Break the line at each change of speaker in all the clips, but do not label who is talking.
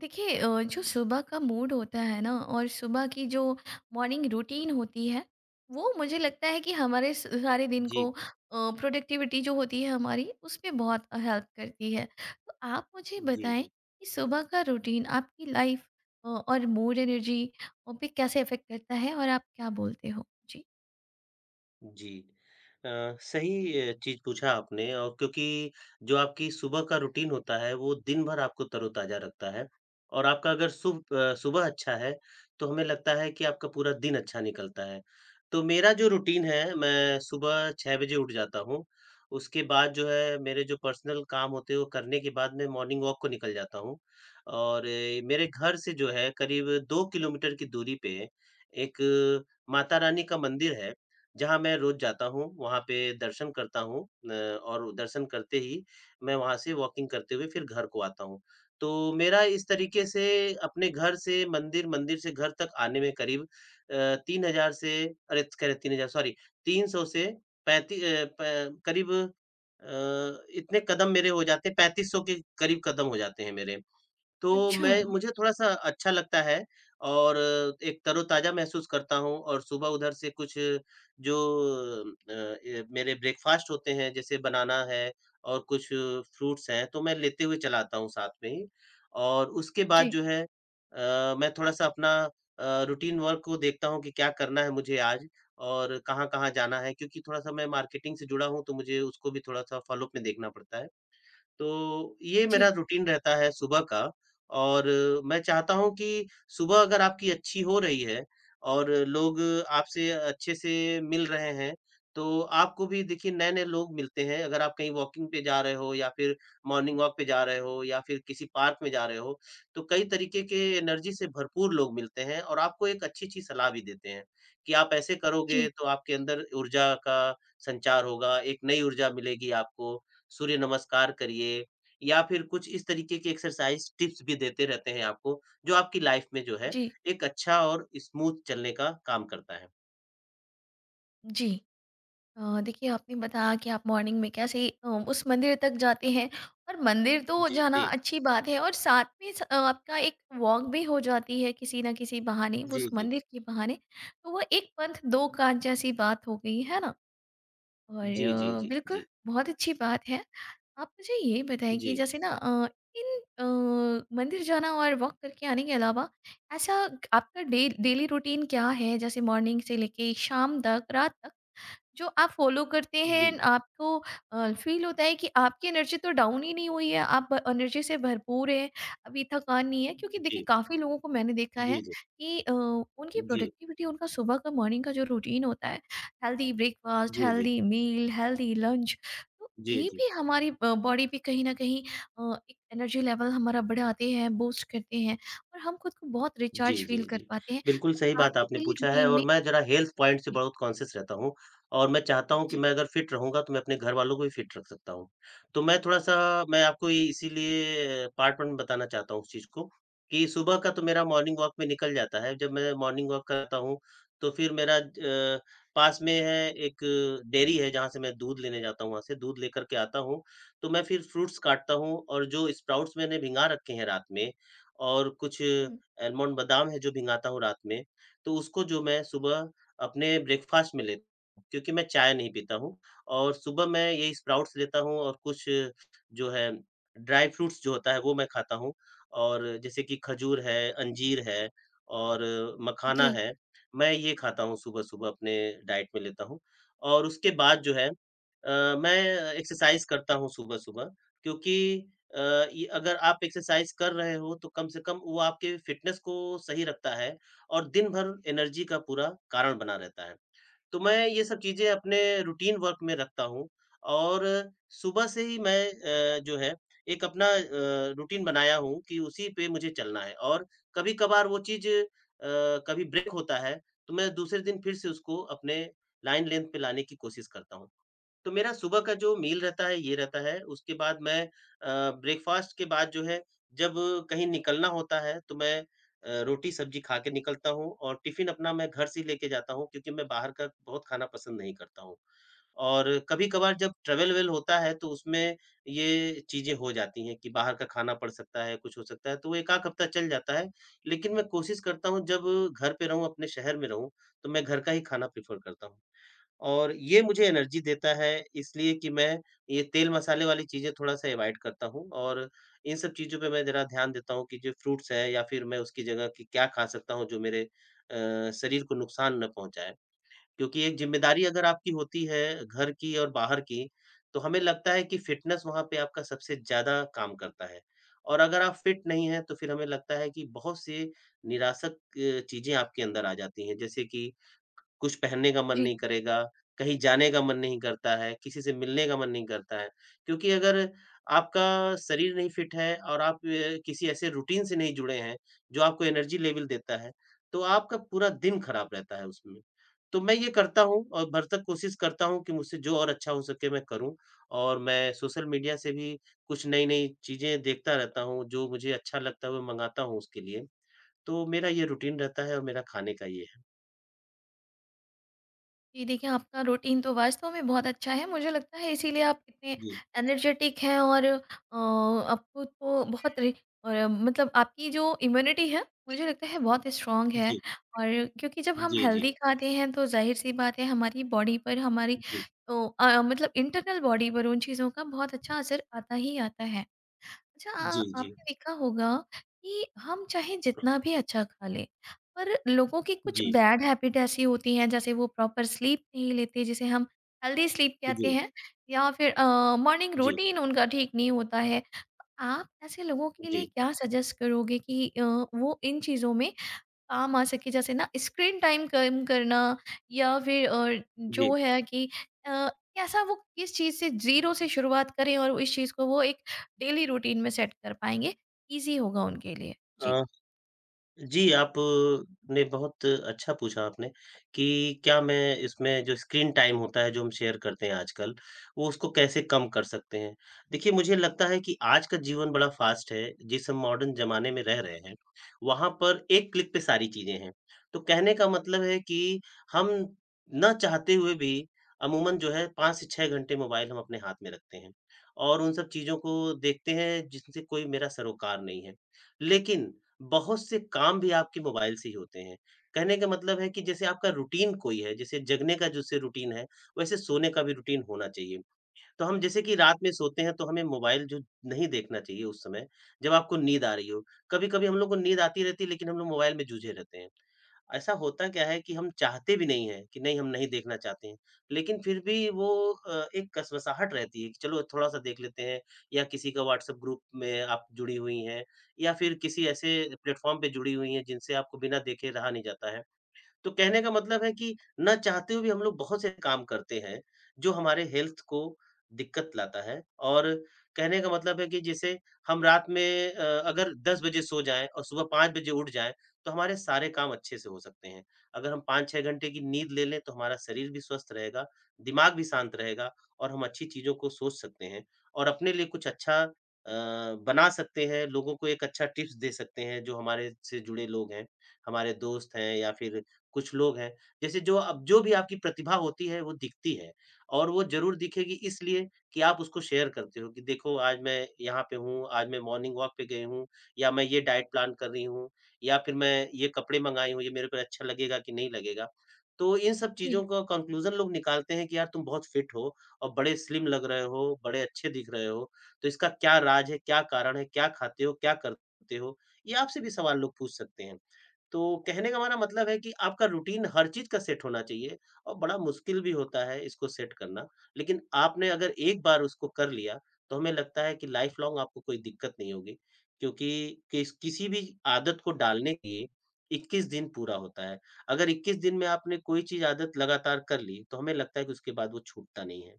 देखिए जो सुबह का मूड होता है ना और सुबह की जो मॉर्निंग रूटीन होती है वो मुझे लगता है कि सारे दिन को
जी,
प्रोडक्टिविटी जो होती है हमारी उसमें बहुत हेल्प करती है। तो आप मुझे
जी,
बताएं
जी।
कि सुबह का रूटीन आपकी लाइफ और मूड एनर्जी पे कैसे इफेक्ट करता है और आप क्या बोलते हो जी।
जी। अ, सही चीज़ पूछा आपने। और क्योंकि जो आपकी सुबह का रूटीन होता है, वो दिन भर आपको तरोताज़ा रखता है। और आपका अगर सुबह अच्छा है, तो हमें लगता है कि आपका पूरा दिन अच्छा निकलता है। तो मेरा जो रूटीन है, मैं सुबह 6 बजे उठ जाता हूँ, उसके बाद जो है मेरे जो पर्सनल काम होते हैं, वो करने के बाद मैं मॉर्निंग वॉक को निकल जाता हूँ। और मेरे घर से जो है करीब 2 किलोमीटर की दूरी पे एक माता रानी का मंदिर है। जहाँ मैं रोज़ जाता हूँ, वहाँ पे दर्शन करता हूँ। और दर्शन करते ही मैं वहाँ से वॉकिंग करते हुए फिर घर को आता हूँ। तो मेरा इस तरीके से अपने घर से मंदिर, मंदिर से घर तक आने में करीब 3,000 से, अरे! कह रहे 3,000, सॉरी 300 से पैंती अ, प करीब इतने कदम मेरे हो जाते हैं, 3,500 के करीब कदम हो जाते हैं मेरे। तो
अच्छा।
मैं मुझे थोड़ा-सा अच्छा लगता है और एक तरोताज़ा महसूस करता हूँ। और सुबह उधर से कुछ जो अ, ए मेरे ब्रेकफ़ास्ट होते हैं, जैसे बनाना है और कुछ फ्रूट्स हैं, तो मैं लेते हुए चला आता हूँ साथ में ही। और उसके
जी,
बाद जो है मैं थोड़ा-सा अपना रूटीन वर्क को देखता हूँ कि क्या करना है मुझे आज और कहाँ-कहाँ जाना है, क्योंकि थोड़ा-सा मैं मार्केटिंग से जुड़ा हूँ, तो मुझे उसको भी थोड़ा-सा फ़ॉलो अप में देखना पड़ता है। तो ये मेरा
जी,
रूटीन रहता है सुबह का। और मैं चाहता हूँ कि सुबह अगर आपकी अच्छी हो रही है और लोग आपसे अच्छे से मिल रहे हैं, तो आपको भी देखिए नए-नए लोग मिलते हैं। अगर आप कहीं वॉकिंग पे जा रहे हो या फिर मॉर्निंग वॉक पे जा रहे हो या फिर किसी पार्क में जा रहे हो, तो कई तरीके के एनर्जी से भरपूर लोग मिलते हैं और आपको एक अच्छी-अच्छी सलाह भी देते हैं कि आप ऐसे
जी,
करोगे तो आपके अंदर ऊर्जा का संचार होगा, एक नई ऊर्जा मिलेगी आपको। सूर्य नमस्कार करिए या फिर कुछ इस तरीके की एक्सरसाइज टिप्स भी देते रहते हैं आपको, जो आपकी लाइफ में जो है
जी,
एक अच्छा और स्मूथ चलने का काम करता है।
जी। देखिए आपने बताया कि आप मॉर्निंग में कैसे उस मंदिर तक जाते हैं और मंदिर तो जाना
जी,
अच्छी बात है और साथ में आपका एक वॉक भी हो जाती है किसी ना किसी बहाने, वो
जी,
उस
जी।
मंदिर के बहाने। तो वह एक पंथ दो काज जैसी बात हो गई है ना। और
जी, जी,
अ,
जी,
बिल्कुल
जी,
बहुत अच्छी बात है। आप मुझे ये बताएं कि
जी,
जैसे ना अ, इन अ, मंदिर जाना और वॉक करके आने के अलावा ऐसा आपका डे डेली रूटीन क्या है, जैसे मॉर्निंग से लेके शाम तक, रात तक जो आप फ़ॉलो करते
जी,
हैं।
जी,
आपको फ़ील होता है कि आपकी एनर्जी तो डाउन ही नहीं हुई है, आप एनर्जी से भरपूर हैं, अभी थकान नहीं है? क्योंकि देखिए
जी,
काफ़ी लोगों को मैंने देखा है
जी,
कि उनकी
जी,
प्रोडक्टिविटी, उनका सुबह का मॉर्निंग का जो रूटीन होता है, हेल्दी ब्रेकफ़ास्ट,
जी, जी,
हेल्दी मील, हेल्दी लंच, तो
जी,
ये
जी,
भी
जी।
हमारी बॉडी पे कहीं न कहीं एक एनर्जी लेवल हमारा बढ़ाते हैं, बूस्ट करते हैं और हम खुद को बहुत
जी,
रिचार्ज
जी,
फ़ील कर
जी।
पाते हैं।
बिल्कुल सही बात
आपके
आपने
डेली
पूछा है
रूटीन
और
में।
मैं ज़रा हेल्थ पॉइंट से
जी।
बहुत कॉन्शियस रहता हूँ। और मैं चाहता हूँ कि मैं अगर फिट रहूँगा तो मैं अपने घरवालों को भी फिट रख सकता हूँ। तो मैं आपको ये इसीलिए पार्ट 1 बताना चाहता हूँ उस चीज़ को कि सुबह का तो मेरा मॉर्निंग वॉक में निकल जाता है। जब मैं मॉर्निंग वॉक करता हूँ तो फिर मेरा पास में है एक डेयरी है जहाँ से मैं दूध लेने जाता हूँ, वहाँ से दूध लेकर के आता हूँ। तो मैं फिर फ्रूट्स काटता हूँ और जो स्प्राउट्स मैंने भिंगा रखे हैं रात में और कुछ
हुँ।
एलमंड बादाम है जो भिंगाता हूँ रात में, तो उसको जो मैं सुबह अपने ब्रेकफ़ास्ट में लेता हूँ, क्योंकि मैं चाय नहीं पीता हूँ। और सुबह मैं यही स्प्राउट्स लेता हूँ और कुछ जो है ड्राई फ्रूट्स जो होता है वो मैं खाता हूँ। और जैसे कि खजूर है, अंजीर है और मखाना
जी,
है, मैं ये खाता हूँ सुबह-सुबह अपने डाइट में लेता हूँ। और उसके बाद जो है मैं एक्सरसाइज़ करता हूँ सुबह-सुबह। क्योंकि ये अगर आप एक्सरसाइज कर रहे हो तो कम से कम वो आपके फिटनेस को सही रखता है और दिन भर एनर्जी का पूरा कारण बना रहता है। तो मैं ये सब चीज़ें अपने रूटीन वर्क में रखता हूँ और सुबह से ही मैं जो है एक अपना रूटीन बनाया हूँ कि उसी पे मुझे चलना है। और कभी-कभार वो चीज़ कभी ब्रेक होता है, तो मैं दूसरे दिन फिर से उसको अपने लाइन लेंथ पे लाने की कोशिश करता हूँ। तो मेरा सुबह का जो मील रहता है ये रहता है, उसके बाद मैं ब्रेकफ़ास्ट के बाद जो है जब कहीं निकलना होता है तो मैं रोटी-सब्ज़ी खा के निकलता हूँ और टिफ़िन अपना मैं घर से ही लेके जाता हूँ, क्योंकि मैं बाहर का बहुत खाना पसंद नहीं करता हूँ। और कभी-कभार जब ट्रैवल-वैवल होता है तो उसमें ये चीज़ें हो जाती हैं कि बाहर का खाना पड़ सकता है, कुछ हो सकता है, तो 1 आध हफ़्ता चल जाता है। लेकिन मैं कोशिश करता हूँ जब घर पे रहूँ, अपने शहर में रहूँ, तो मैं घर का ही खाना प्रेफ़र करता हूँ। और ये मुझे एनर्जी देता है, इसलिए कि मैं ये तेल-मसाले वाली चीज़ें थोड़ा-सा अवॉइड करता हूँ। और इन सब चीज़ों पे मैं ज़रा ध्यान देता हूँ कि जो फ्रूट्स हैं या फिर मैं उसकी जगह कि क्या खा सकता हूँ जो मेरे शरीर को नुकसान न पहुँचाए। क्योंकि एक ज़िम्मेदारी अगर आपकी होती है घर की और बाहर की, तो हमें लगता है कि फ़िटनेस वहाँ पे आपका सबसे ज़्यादा काम करता है। और अगर आप फ़िट नहीं हैं, तो फिर हमें लगता है कि बहुत से निरासक चीज़ें आपके अंदर आ जाती हैं। जैसे कि कुछ पहनने का मन
जी।
नहीं करेगा, कहीं जाने का मन नहीं करता है, किसी से मिलने का मन नहीं करता है। क्योंकि अगर आपका शरीर नहीं फिट है और आप किसी ऐसे रूटीन से नहीं जुड़े हैं, जो आपको एनर्जी लेवल देता है, तो आपका पूरा दिन खराब रहता है उसमें। तो मैं ये करता हूँ और भरसक कोशिश करता हूँ कि मुझसे जो और अच्छा हो सके मैं करूँ और मैं सोशल मीडिया से भी कुछ नई-नई चीज़ें देखता रहता हूँ, जो मुझे अच्छा लगता है वो मंगाता हूँ उसके लिए। तो मेरा ये रूटीन रहता है और मेरा खाने का ये है।
जी, देखिए आपका रूटीन तो वास्तव में बहुत अच्छा है। मुझे लगता है इसीलिए आप इतने
जी,
एनर्जेटिक हैं और आप खुद को बहुत रि और मतलब आपकी जो इम्यूनिटी है मुझे लगता है बहुत स्ट्रॉन्ग है
जी,
और क्योंकि जब हम
जी, जी।
हेल्दी खाते हैं तो ज़ाहिर-सी बात है हमारी बॉडी पर हमारी
जी,
तो मतलब इंटरनल बॉडी पर उन चीज़ों का बहुत अच्छा असर आता ही आता है। अच्छा
जी, जी,
आपने देखा होगा कि हम चाहे जितना भी अच्छा खा लें पर लोगों की कुछ
जी,
बैड हैबिट ऐसी होती हैं, जैसे वो प्रॉपर स्लीप नहीं लेते जिसे हम हेल्दी स्लीप कहते
जी,
हैं, या फिर मॉर्निंग
जी,
रूटीन उनका ठीक नहीं होता है। आप ऐसे लोगों के लिए
जी,
क्या सजेस्ट करोगे कि वो इन चीज़ों में काम आ सके, जैसे ना स्क्रीन टाइम कम करना या फिर
जी।
जो है कि अ, कैसा, वो किस चीज़ से ज़ीरो से शुरुआत करें और वो इस चीज़ को वो एक डेली रूटीन में सेट कर पाएँगे, ईज़ी होगा उनके लिए।
अ,
जी।
जी, आप ने बहुत अच्छा पूछा आपने कि क्या मैं इसमें जो स्क्रीन टाइम होता है, जो हम शेयर करते हैं आजकल, वो उसको कैसे कम कर सकते हैं? देखिए, मुझे लगता है कि आज का जीवन बड़ा फ़ास्ट है, जिस हम मॉडर्न ज़माने में रह रहे हैं, वहाँ पर एक क्लिक पे सारी चीज़ें हैं। तो कहने का मतलब है कि हम ना चाहते हुए भी अमूमन जो है 5 से 6 घंटे मोबाइल हम अपने हाथ में रखते हैं और उन सब चीज़ों को देखते हैं, जिनसे कोई मेरा सरोकार नहीं है। लेकिन बहुत से काम भी आपके मोबाइल से ही होते हैं। कहने का मतलब है कि जैसे आपका रूटीन कोई है, जैसे जगने का जैसे रूटीन है, वैसे सोने का भी रूटीन होना चाहिए। तो हम जैसे कि रात में सोते हैं तो हमें मोबाइल जो नहीं देखना चाहिए उस समय, जब आपको नींद आ रही हो। कभी-कभी हम लोग को नींद आती रहती है लेकिन हम लोग मोबाइल में जूझे रहते हैं। ऐसा होता क्या है कि हम चाहते भी नहीं हैं कि नहीं हम नहीं देखना चाहते हैं, लेकिन फिर भी वो एक कसवसाहट रहती है कि चलो थोड़ा-सा देख लेते हैं या किसी का व्हाट्सएप ग्रुप में आप जुड़ी हुई हैं या फिर किसी ऐसे प्लेटफ़ॉर्म पे जुड़ी हुई हैं जिनसे आपको बिना देखे रहा नहीं जाता है। तो कहने का मतलब है कि ना चाहते हुए भी हम लोग बहुत से काम करते हैं, जो हमारे हेल्थ को दिक्कत लाता है। और कहने का मतलब है कि जैसे हम रात में अगर 10 बजे सो जाएँ और सुबह 5 बजे उठ जाएँ, तो हमारे सारे काम अच्छे से हो सकते हैं। अगर हम 5-6 घंटे की नींद ले लें, तो हमारा शरीर भी स्वस्थ रहेगा, दिमाग भी शांत रहेगा और हम अच्छी चीज़ों को सोच सकते हैं और अपने लिए कुछ अच्छा अ, बना सकते हैं, लोगों को एक अच्छा टिप्स दे सकते हैं, जो हमारे से जुड़े लोग हैं, हमारे दोस्त हैं या फिर कुछ लोग हैं, जैसे जो अब जो भी आपकी प्रतिभा होती है वो दिखती है और वो ज़रूर दिखेगी, इसलिए कि आप उसको शेयर करते हो कि देखो आज मैं यहाँ पे हूँ, आज मैं मॉर्निंग वॉक पे गई हूँ या मैं ये डाइट प्लान कर रही हूँ या फिर मैं ये कपड़े मँगाई हूँ, ये मेरे पे अच्छा लगेगा कि नहीं लगेगा। तो इन सब चीज़ों
जी,
का कंक्लूज़न लोग निकालते हैं कि यार तुम बहुत फिट हो और बड़े स्लिम लग रहे हो, बड़े अच्छे दिख रहे हो, तो इसका क्या राज है, क्या कारण है, क्या खाते हो, क्या करते हो? ये आपसे भी सवाल लोग पूछ सकते हैं। तो कहने का हमारा मतलब है कि आपका रूटीन हर चीज़ का सेट होना चाहिए और बड़ा मुश्किल भी होता है इसको सेट करना। लेकिन आपने अगर एक बार उसको कर लिया, तो हमें लगता है कि लाइफ़ लॉन्ग आपको कोई दिक्कत नहीं होगी। क्योंकि किसी भी आदत को डालने के लिए 21 दिन पूरा होता है। अगर 21 दिन में आपने कोई चीज़ आदत लगातार कर ली, तो हमें लगता है कि उसके बाद वो छूटता नहीं है।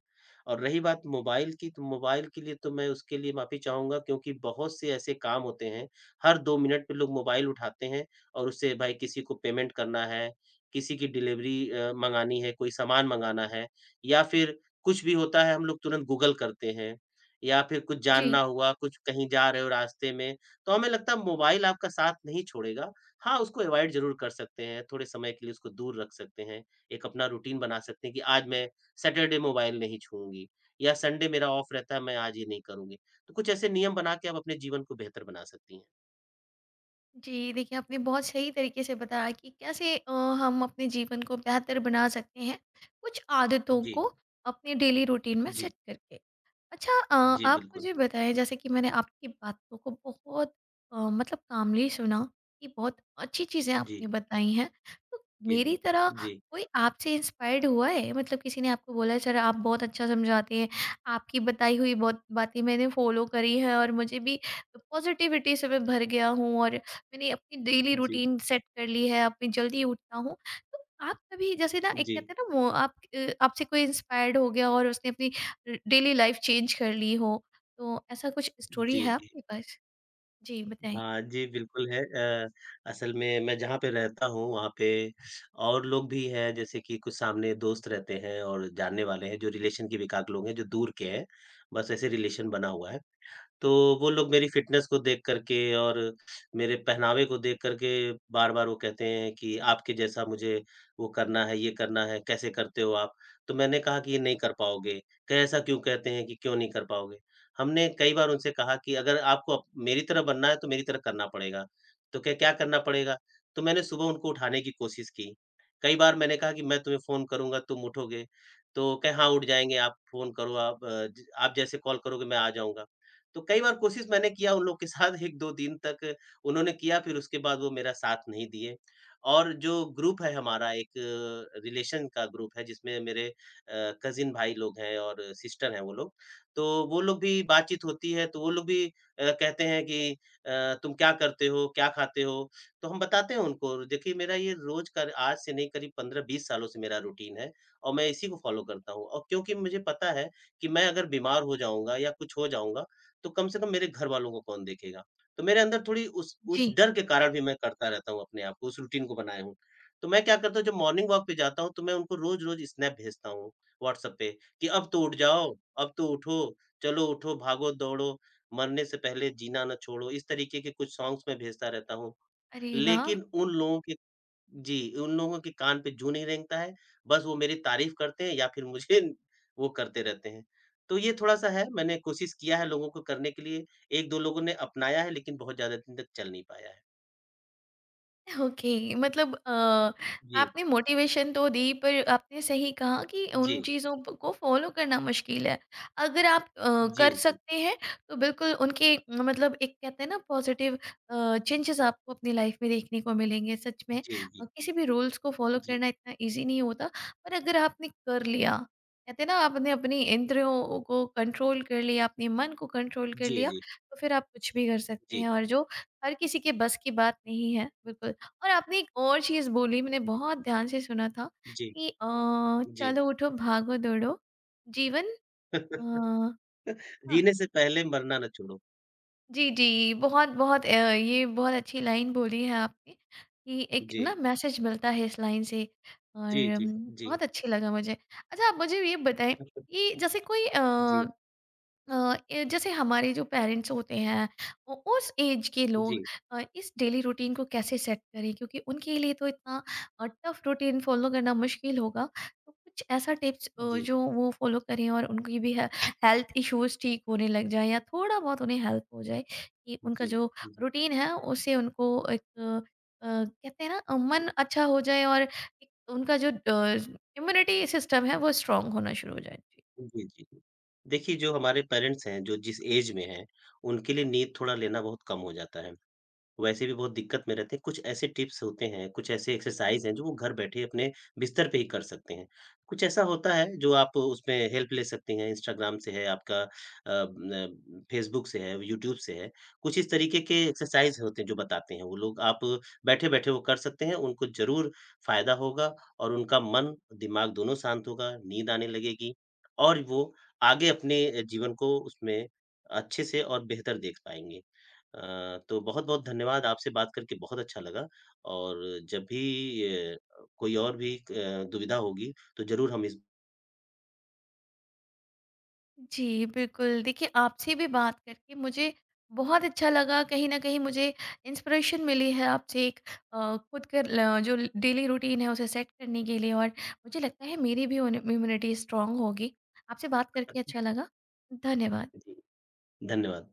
और रही बात मोबाइल की, तो मोबाइल के लिए तो मैं उसके लिए माफ़ी चाहूँगा क्योंकि बहुत से ऐसे काम होते हैं, हर 2 मिनट पे लोग मोबाइल उठाते हैं और उससे भाई किसी को पेमेंट करना है, किसी की डिलीवरी मँगानी है, कोई सामान मँगाना है या फिर कुछ भी होता है हम लोग तुरंत गूगल करते हैं या फिर कुछ
जी।
जानना हुआ, कुछ कहीं जा रहे हो रास्ते में, तो हमें लगता है मोबाइल आपका साथ नहीं छोड़ेगा। हाँ, उसको अवॉइड ज़रूर कर सकते हैं, थोड़े समय के लिए उसको दूर रख सकते हैं, एक अपना रूटीन बना सकते हैं कि आज मैं सैटरडे मोबाइल नहीं छूऊँगी या संडे मेरा ऑफ रहता है, मैं आज ये नहीं करूँगी। तो कुछ ऐसे नियम बना के आप अपने जीवन को बेहतर बना सकती हैं।
जी, देखिए आपने बहुत सही तरीके से बताया कि कैसे हम अपने जीवन को बेहतर बना सकते हैं, कुछ आदतों
जी,
को अपने डेली रूटीन में
जी,
सेट करके। अच्छा।
जी,
आप
बिल्कुल।
मुझे बताएँ जैसे कि मैंने आपकी बातों को बहुत मतलब कामली सुना कि बहुत अच्छी चीज़ें
जी,
आपने बताई हैं। तो
जी, जी।
मेरी तरह
जी,
कोई आपसे इंस्पायर्ड हुआ है? मतलब किसी ने आपको बोला सर आप बहुत अच्छा समझाते हैं, आपकी बताई हुई बहुत बातें मैंने फ़ॉलो करी है और मुझे भी पॉज़िटिविटी से मैं भर गया हूँ और मैंने अपनी डेली
जी,
रूटीन सेट कर ली है, अब मैं जल्दी उठता हूँ। तो आप कभी जैसे ना एक
जी,
कहते हैं ना वो आपसे कोई इंस्पायर्ड हो गया और उसने अपनी ड डेली लाइफ चेंज कर ली हो, तो ऐसा कुछ स्टोरी
जी,
है
जी।
आपके पास? जी, बताएँ।
हाँ जी, बिल्कुल है। अ, असल में मैं जहाँ पे रहता हूँ वहाँ पे और लोग भी हैं जैसे कि कुछ सामने दोस्त रहते हैं और जानने वाले हैं जो रिलेशन के भी एकाध लोग हैं जो दूर के हैं। बस ऐसे रिलेशन बना हुआ है। तो वो लोग मेरी फ़िटनेस को देख कर के और मेरे पहनावे को देख कर के बार-बार वो कहते हैं कि आपके जैसा मुझे वो करना है, ये करना है, कैसे करते हो आप? तो मैंने कहा कि ये नहीं कर पाओगे। कहे ऐसा क्यों कहते हैं कि क्यों नहीं कर पाओगे? हमने कई बार उनसे कहा कि अगर आपको मेरी तरह बनना है तो मेरी तरह करना पड़ेगा। तो क्या क्या करना पड़ेगा? तो मैंने सुबह उनको उठाने की कोशिश की। कई बार मैंने कहा कि मैं तुम्हें फ़ोन करूँगा, तुम उठोगे? तो कहे हाँ, उठ जाएँगे आप फ़ोन करो आप, अ, ज आप जैसे कॉल करोगे मैं आ जाऊँगा। तो कई बार कोशिश मैंने किया उन लोग के साथ 1-2 दिन तक उन्होंने किया फिर उसके बाद वो मेरा साथ नहीं दिए। और जो ग्रुप है हमारा एक रिलेशन का ग्रुप है जिसमें मेरे कज़िन भाई लोग हैं और सिस्टर हैं वो लोग। तो वो लोग भी बातचीत होती है तो वो लोग भी कहते हैं कि तुम क्या करते हो? क्या खाते हो? तो हम बताते हैं उनको, देखिए मेरा ये रोज़ का आज से नहीं करीब 15-20 सालों से मेरा रूटीन है और मैं इसी को फ़ॉलो करता हूँ। और क्योंकि मुझे पता है कि मैं अगर बीमार हो जाऊँगा या कुछ हो जाऊँगा तो कम से कम मेरे घर वालों को कौन देखेगा? तो मेरे अंदर थोड़ी उस
जी,
डर के कारण भी मैं करता रहता हूँ अपने आप को, उस रूटीन को बनाए हूँ। तो मैं क्या करता हूँ जब मॉर्निंग वॉक पे जाता हूँ तो मैं उनको रोज़-रोज़ स्नैप भेजता हूँ व्हाट्सएप पे कि अब तो उठ जाओ, अब तो उठो, चलो उठो, भागो, दौड़ो, मरने से पहले जीना ना छोड़ो। इस तरीके के कुछ सॉन्ग्स मैं भेजता रहता हूँ।
अरे वाह!
लेकिन उन लोगों के, जी, उन लोगों के कान पे जूं नहीं रेंगता है, बस वो मेरी तारीफ़ करते हैं या फिर मुझे वो करते रहते हैं। तो ये थोड़ा-सा है, मैंने कोशिश किया है लोगों को करने के लिए, 1-2 लोगों ने अपनाया है लेकिन बहुत ज़्यादा दिन तक चल नहीं पाया है।
ओके मतलब
जी,
आपने मोटिवेशन तो दी पर आपने सही कहा कि उन
जी,
चीज़ों को फॉलो करना मुश्किल है। अगर आप
जी,
कर
जी,
सकते हैं तो बिल्कुल उनके मतलब एक कहते हैं ना, पॉजिटिव चेंजेस आपको अपनी लाइफ में देखने को मिलेंगे सच में।
जी, जी,
किसी भी रूल्स को फॉलो
जी,
करना इतना इजी नहीं होता, पर अगर आपने कर लिया, कहते हैं ना आपने अपनी इंद्रियों को कंट्रोल कर लिया, अपने मन को कंट्रोल कर लिया,
जी,
तो फिर आप कुछ भी कर सकते
जी,
हैं,
जी,
और जो हर किसी के बस की बात नहीं है, बिल्कुल। और आपने एक और चीज़ बोली, मैंने बहुत ध्यान से सुना था
जी,
कि
जी।
चलो उठो भागो दौड़ो जीवन। अ, हाँ,
जीने से पहले मरना ना छोड़ो।
जी, जी। बहुत बहुत ये बहुत अच्छी लाइन बोली है आपने, कि एक ना
जी,
मैसेज मिलता है इस लाइन से। और
जी, जी,
अम,
जी।
बहुत अच्छी लगा मुझे। अच्छा, आप मुझे ये बताएँ कि जैसे कोई अ
जी,
अ, ए जैसे हमारे जो पेरेंट्स होते हैं, उ उस एज के लोग
जी,
इस डेली रूटीन को कैसे सेट करें? क्योंकि उनके लिए तो इतना टफ रूटीन फ़ॉलो करना मुश्किल होगा। तो कुछ ऐसा टिप्स
जी,
जो वो फ़ॉलो करें और उनकी भी हे हेल्थ इश्यूज़ ठीक होने लग जाएँ, या थोड़ा-बहुत उन्हें हेल्प हो जाए कि उनका
जी,
जो
जी।
रूटीन है उससे उनको एक कहते हैं ना, मन अच्छा हो जाए और एक उनका जो इम्यूनिटी सिस्टम है वो स्ट्रॉन्ग होना शुरू हो जाए।
जी, जी, जी। देखिए, जो हमारे पेरेंट्स हैं, जो जिस ऐज में हैं, उनके लिए नींद थोड़ा लेना बहुत कम हो जाता है। वैसे भी बहुत दिक्कत में रहते हैं। कुछ ऐसे टिप्स होते हैं, कुछ ऐसे एक्सरसाइज़ हैं जो वो घर बैठे अपने बिस्तर पे ही कर सकते हैं। कुछ ऐसा होता है जो आप उसमें हेल्प ले सकती हैं, इंस्टाग्राम से है, आपका, अ, न फेसबुक से है, यूट्यूब से है। कुछ इस तरीके के एक्सरसाइज़ होते हैं जो बताते हैं वो लोग। आप बैठे-बैठे वो कर सकते हैं, उनको ज़रूर फ़ायदा होगा और उनका मन, दिमाग दोनों शांत होगा, नींद आने लगेगी और वो आगे अपने जीवन को उसमें अच्छे से और बेहतर देख पाएँगे। तो बहुत-बहुत धन्यवाद, आपसे बात करके बहुत अच्छा लगा और जब भी, कोई और भी क दुविधा होगी, तो ज़रूर हम इस।
जी, बिल्कुल। देखिए, आपसे भी बात करके मुझे बहुत अच्छा लगा। कहीं न कहीं मुझे इंस्पिरेशन मिली है आपसे एक खुद का ल जो डेली रूटीन है, उसे सेट करने के लिए और मुझे लगता है मेरी भी ओन इम्यूनिटी स्ट्रांग होगी। आपसे बात करके अच्छा लगा। धन्यवाद।
जी, धन्यवाद।